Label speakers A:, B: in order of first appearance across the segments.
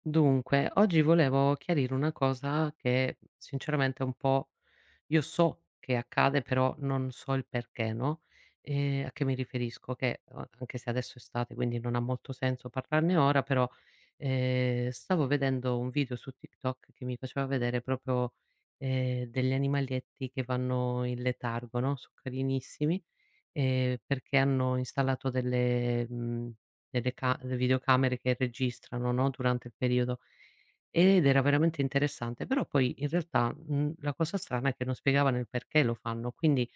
A: Dunque, oggi volevo chiarire una cosa che sinceramente un po' io so che accade, però non so il perché, no? A che mi riferisco? Anche se adesso è estate, quindi non ha molto senso parlarne ora, però, stavo vedendo un video su TikTok che mi faceva vedere proprio, degli animaletti che vanno in letargo, no, so carinissimi, perché hanno installato delle ca delle videocamere che registrano, no, durante il periodo, ed era veramente interessante. Però poi in realtà, la cosa strana è che non spiegavano il perché lo fanno. Quindi,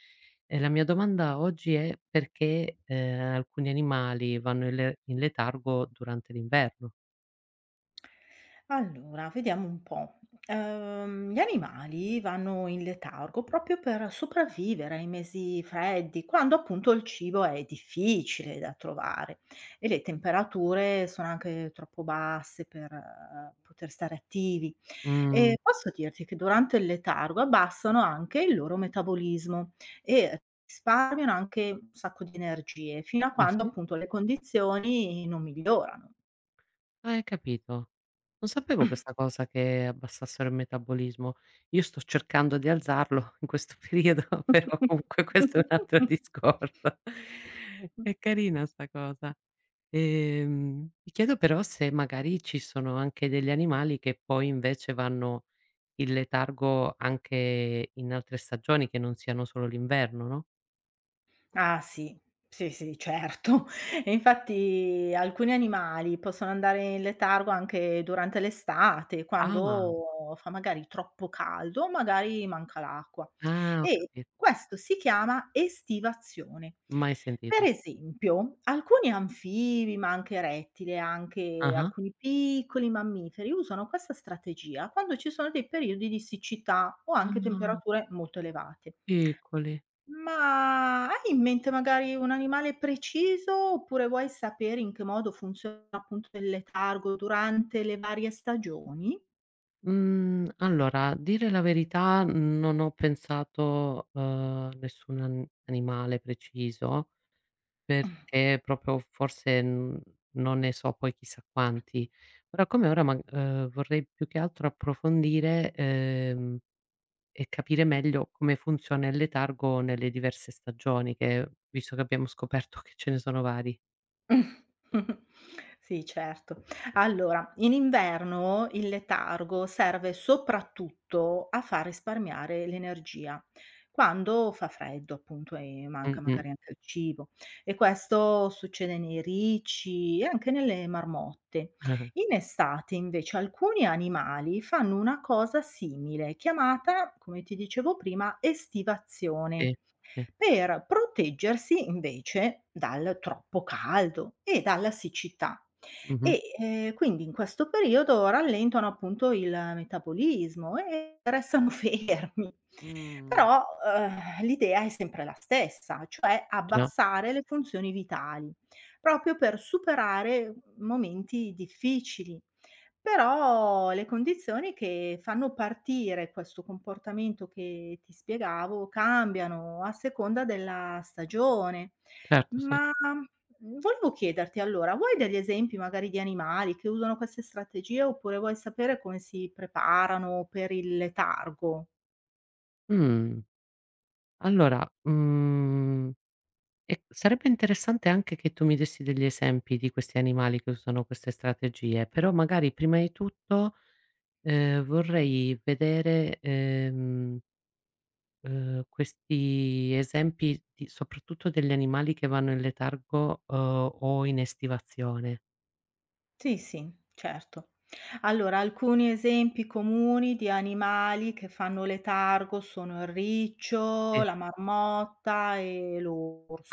A: ehm, la mia domanda oggi è: perché, alcuni animali vanno in letargo durante l'inverno?
B: Allora, vediamo un po'. Gli animali vanno in letargo proprio per sopravvivere ai mesi freddi, quando appunto il cibo è difficile da trovare e le temperature sono anche troppo basse per poter stare attivi.
A: Mh.
B: E posso dirti che durante il letargo abbassano anche il loro metabolismo e risparmiano anche un sacco di energie, fino a
A: Ah,
B: quando
A: sì?
B: appunto le condizioni non migliorano.
A: Ah, hai capito. Non sapevo questa cosa che abbassassero il metabolismo. Io sto cercando di alzarlo in questo periodo, però comunque questo è un altro
B: Mh.
A: discorso. È carina sta cosa. Ti chiedo però se magari ci sono anche degli animali che poi invece vanno in letargo anche in altre stagioni, che non siano solo l'inverno, no?
B: Ah sì, sì, sì, certo. E infatti alcuni animali possono andare in letargo anche durante l'estate,
A: Ah,
B: quando fa magari troppo caldo o magari manca l'acqua.
A: ah, ho
B: E
A: capito.
B: questo si chiama estivazione.
A: Mai
B: Per
A: sentito.
B: esempio, alcuni anfibi, ma anche rettili, anche
A: Ah-ah.
B: alcuni piccoli mammiferi usano questa strategia quando ci sono dei periodi di siccità o anche
A: Ah,
B: temperature molto elevate.
A: piccoli.
B: Ma hai in mente magari un animale preciso, oppure vuoi sapere in che modo funziona appunto il letargo durante le varie stagioni?
A: Mhmm, allora, a dire la verità, non ho pensato, a nessun an animale preciso, perché proprio forse, non ne so poi chissà quanti. Ora come ora ma vorrei più che altro approfondire, e capire meglio come funziona il letargo nelle diverse stagioni che visto che abbiamo scoperto che ce ne sono vari.
B: Sì, certo. Allora, in inverno il letargo serve soprattutto a far risparmiare l'energia, quando fa freddo appunto e manca
A: Mh-mh. Ah-ah.
B: magari anche il cibo. E questo succede nei ricci e anche nelle marmotte. In estate invece alcuni animali fanno una cosa simile, chiamata, come ti dicevo prima, estivazione
A: Sì, sì.
B: per proteggersi invece dal troppo caldo e dalla siccità.
A: Mh-mh.
B: E quindi in questo periodo rallentano appunto il metabolismo e restano fermi.
A: Mh,
B: Però, l'idea è sempre la stessa, cioè
A: già,
B: abbassare le funzioni vitali, proprio per superare momenti difficili. Però le condizioni che fanno partire questo comportamento che ti spiegavo cambiano a seconda della stagione.
A: certo, sì.
B: Ma, volevo chiederti allora, vuoi degli esempi magari di animali che usano queste strategie oppure vuoi sapere come si preparano per il letargo?
A: Mh. Allora, e sarebbe interessante anche che tu mi dessi degli esempi di questi animali che usano queste strategie, però magari prima di tutto, vorrei vedere, questi esempi di soprattutto degli animali che vanno in letargo, o in estivazione.
B: Sì, sì, certo. Allora, alcuni esempi comuni di animali che fanno letargo sono il riccio,
A: Sì.
B: la marmotta e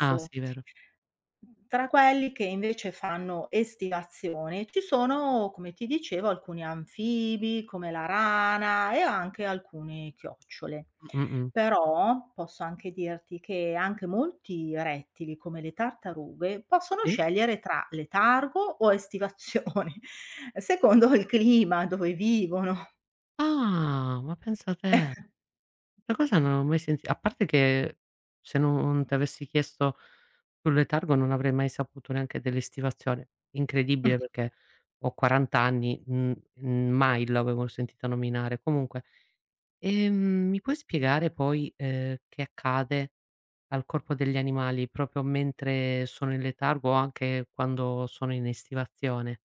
A: Ah sì, vero.
B: Tra quelli che invece fanno estivazione ci sono, come ti dicevo, alcuni anfibi come la rana e anche alcune chiocciole.
A: Mh, mh, mh.
B: Però posso anche dirti che anche molti rettili, come le tartarughe, possono
A: Sì.
B: scegliere tra letargo o estivazione, secondo il clima dove vivono.
A: Ah, ma pensa a te. Questa cosa non l'ho mai senti a parte che se non t'avessi chiesto sul letargo non avrei mai saputo neanche dell'estivazione. Incredibile perché ho 40 anni, mai l'avevo sentita nominare. Comunque, ehm, mi puoi spiegare poi, che accade al corpo degli animali proprio mentre sono in letargo o anche quando sono in estivazione?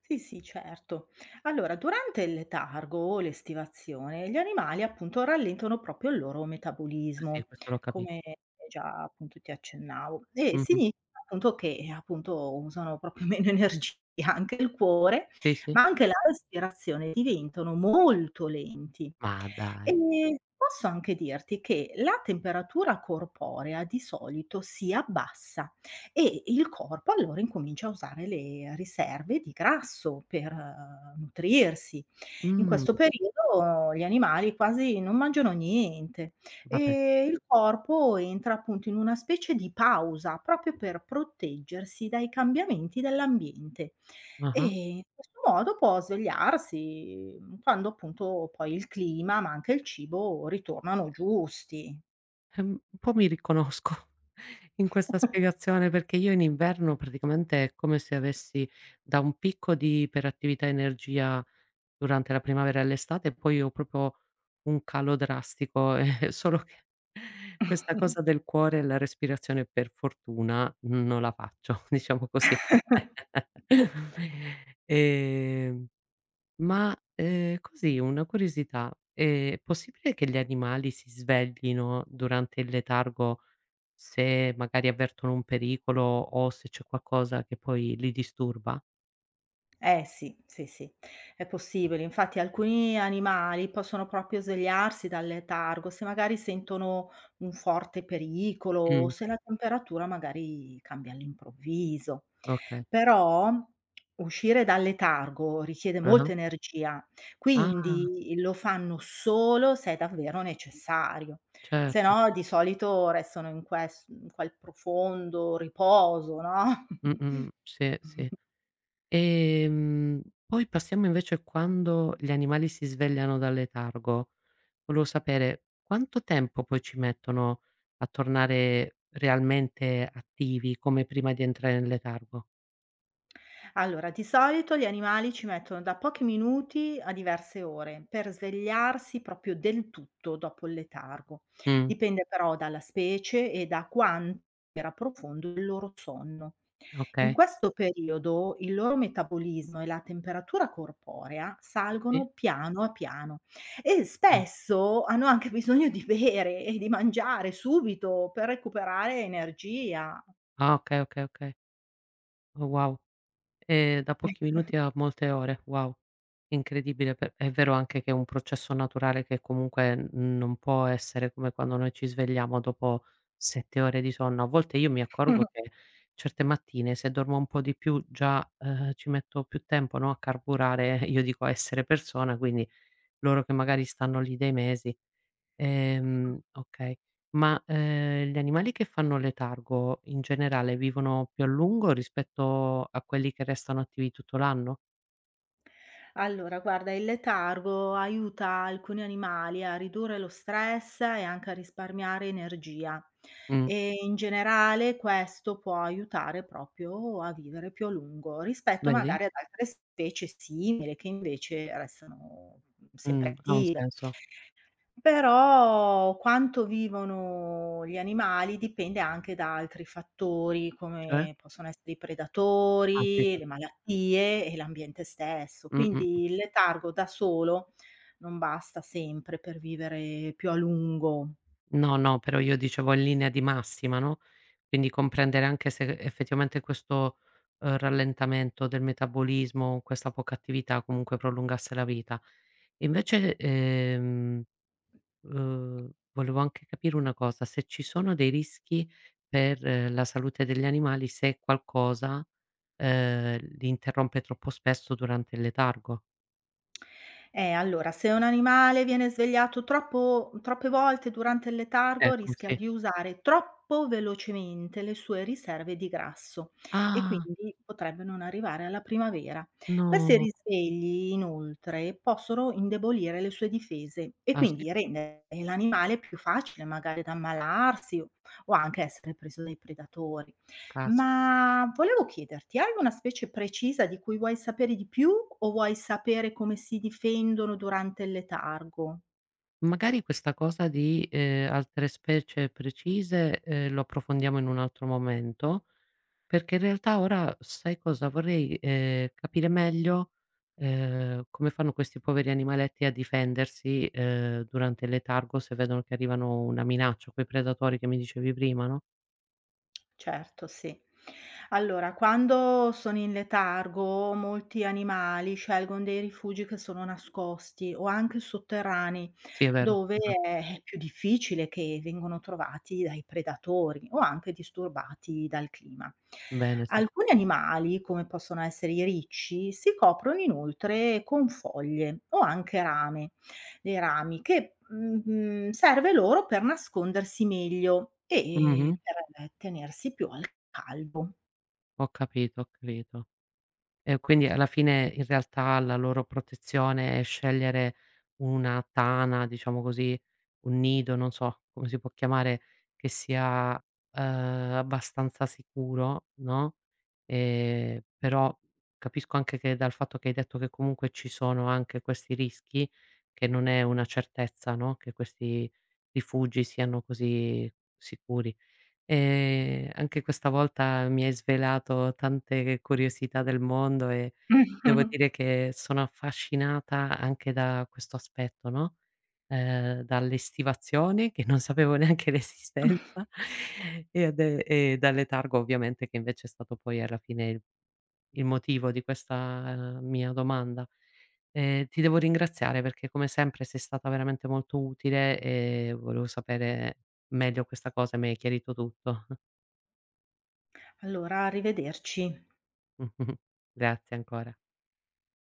B: Sì, sì, certo. Allora, durante il letargo o l'estivazione, gli animali appunto rallentano proprio il loro
A: Ah sì,
B: metabolismo,
A: questo l'ho capito.
B: come già appunto ti accennavo, e
A: Mh-mh.
B: significa appunto che appunto usano proprio meno energia anche il cuore,
A: Sì, sì.
B: ma anche la respirazione diventano molto lenti.
A: Ma dai.
B: E posso anche dirti che la temperatura corporea di solito si abbassa e il corpo allora incomincia a usare le riserve di grasso per nutrirsi. In
A: Mh,
B: questo periodo gli animali quasi non mangiano niente
A: ma pen
B: e il corpo entra appunto in una specie di pausa proprio per proteggersi dai cambiamenti dell'ambiente e
A: ah-ah.
B: in questo modo può svegliarsi quando appunto poi il clima, ma anche il cibo ritornano giusti.
A: Un po' mi riconosco in questa spiegazione, perché io in inverno praticamente è come se avessi da un picco di iperattività e energia durante la primavera e l'estate e poi ho proprio un calo drastico, solo che questa cosa del cuore e la respirazione per fortuna non la faccio, diciamo così. Ehm ma, così una curiosità, è possibile che gli animali si sveglino durante il letargo se magari avvertono un pericolo o se c'è qualcosa che poi li disturba?
B: Eh sì, sì, sì, è possibile. Infatti alcuni animali possono proprio svegliarsi dal letargo se magari sentono un forte pericolo o
A: Mh,
B: se la temperatura magari cambia all'improvviso.
A: okay.
B: Però uscire dal letargo richiede
A: Ah-ah.
B: molta energia,
A: Ah,
B: quindi lo fanno solo se è davvero necessario. Se
A: certo.
B: no di solito restano in quel profondo riposo, no?
A: Mh-mh. Sì, sì. Poi passiamo invece quando gli animali si svegliano dal letargo. Volevo sapere quanto tempo poi ci mettono a tornare realmente attivi come prima di entrare nel letargo?
B: Allora, di solito gli animali ci mettono da pochi minuti a diverse ore per svegliarsi proprio del tutto dopo il letargo.
A: Mh,
B: Dipende però dalla specie e da quanto era profondo il loro sonno. In
A: okay.
B: questo periodo il loro metabolismo e la temperatura corporea
A: Sì?
B: salgono piano a piano e
A: Mh.
B: spesso hanno anche bisogno di bere e di mangiare subito per recuperare energia.
A: Ah, okay, okay, okay. Oh wow. Da pochi minuti a molte ore. Wow, incredibile. Pe È vero anche che è un processo naturale che comunque n non può essere come quando noi ci svegliamo dopo 7 ore di sonno. A volte io mi accorgo che certe mattine se dormo un po' di più già, ci metto più tempo, no, a carburare, io dico a essere persona, quindi loro che magari stanno lì dei mesi. Okay. Ma, gli animali che fanno letargo in generale vivono più a lungo rispetto a quelli che restano attivi tutto l'anno?
B: Allora, guarda, il letargo aiuta alcuni animali a ridurre lo stress e anche a risparmiare energia
A: Mh,
B: e in generale questo può aiutare proprio a vivere più a lungo rispetto
A: vedi?
B: magari ad altre specie simili che invece restano sempre
A: Ha un
B: attive.
A: senso.
B: Però quanto vivono gli animali dipende anche da altri fattori,
A: Cioè?
B: come possono essere i
A: Ah sì,
B: predatori,
A: cer
B: le malattie e l'ambiente stesso.
A: Mh, mh.
B: Quindi il letargo da solo non basta sempre per vivere più a lungo.
A: No, no, però io dicevo in linea di massima, no, quindi comprendere anche se effettivamente questo, rallentamento del metabolismo, questa poca attività comunque prolungasse la vita. Invece, ehm Volevo anche capire una cosa, se ci sono dei rischi per la salute degli animali se qualcosa, li interrompe troppo spesso durante il letargo.
B: Allora, se un animale viene svegliato troppo troppe volte durante il letargo,
A: Ecco,
B: rischia
A: sì.
B: di usare troppo velocemente le sue riserve di grasso e
A: Ah,
B: quindi potrebbe non arrivare alla primavera. Questi
A: no.
B: risvegli, inoltre, possono indebolire le sue difese e
A: Ah, sì?
B: quindi rendere l'animale più facile magari da ammalarsi o anche essere preso dai predatori.
A: Caspita.
B: Ma volevo chiederti, hai una specie precisa di cui vuoi sapere di più o vuoi sapere come si difendono durante il letargo?
A: Magari questa cosa di, altre specie precise, lo approfondiamo in un altro momento. Perché in realtà ora sai cosa? Vorrei, capire meglio, come fanno questi poveri animaletti a difendersi, durante il letargo se vedono che arrivano una minaccia, quei predatori che mi dicevi prima, no?
B: Certo, sì. Allora, quando sono in letargo, molti animali scelgono dei rifugi che sono nascosti o anche sotterranei,
A: Sì, è vero.
B: dove
A: Mh-mh.
B: è più difficile che vengano trovati dai predatori o anche disturbati dal clima.
A: Bene, sì.
B: Alcuni animali, come possono essere i ricci, si coprono inoltre con foglie o anche rame dei rami, che, serve loro per nascondersi meglio e
A: Mh-mh.
B: per tenersi più al caldo.
A: Ho capito, ho capito. E quindi alla fine, in realtà, la loro protezione è scegliere una tana, diciamo così, un nido, non so come si può chiamare, che sia, ehm, abbastanza sicuro, no, però capisco anche che dal fatto che hai detto che comunque ci sono anche questi rischi, che non è una certezza, no, che questi rifugi siano così sicuri. Anche questa volta mi hai svelato tante curiosità del mondo e devo dire che sono affascinata anche da questo aspetto, no, dalle stivazioni che non sapevo neanche l'esistenza e de e dal letargo ovviamente che invece è stato poi alla fine il motivo di questa mia domanda. Ti devo ringraziare perché come sempre sei stata veramente molto utile e volevo sapere meglio questa cosa e mi hai chiarito tutto.
B: Allora, arrivederci.
A: Mh-mh. Grazie ancora.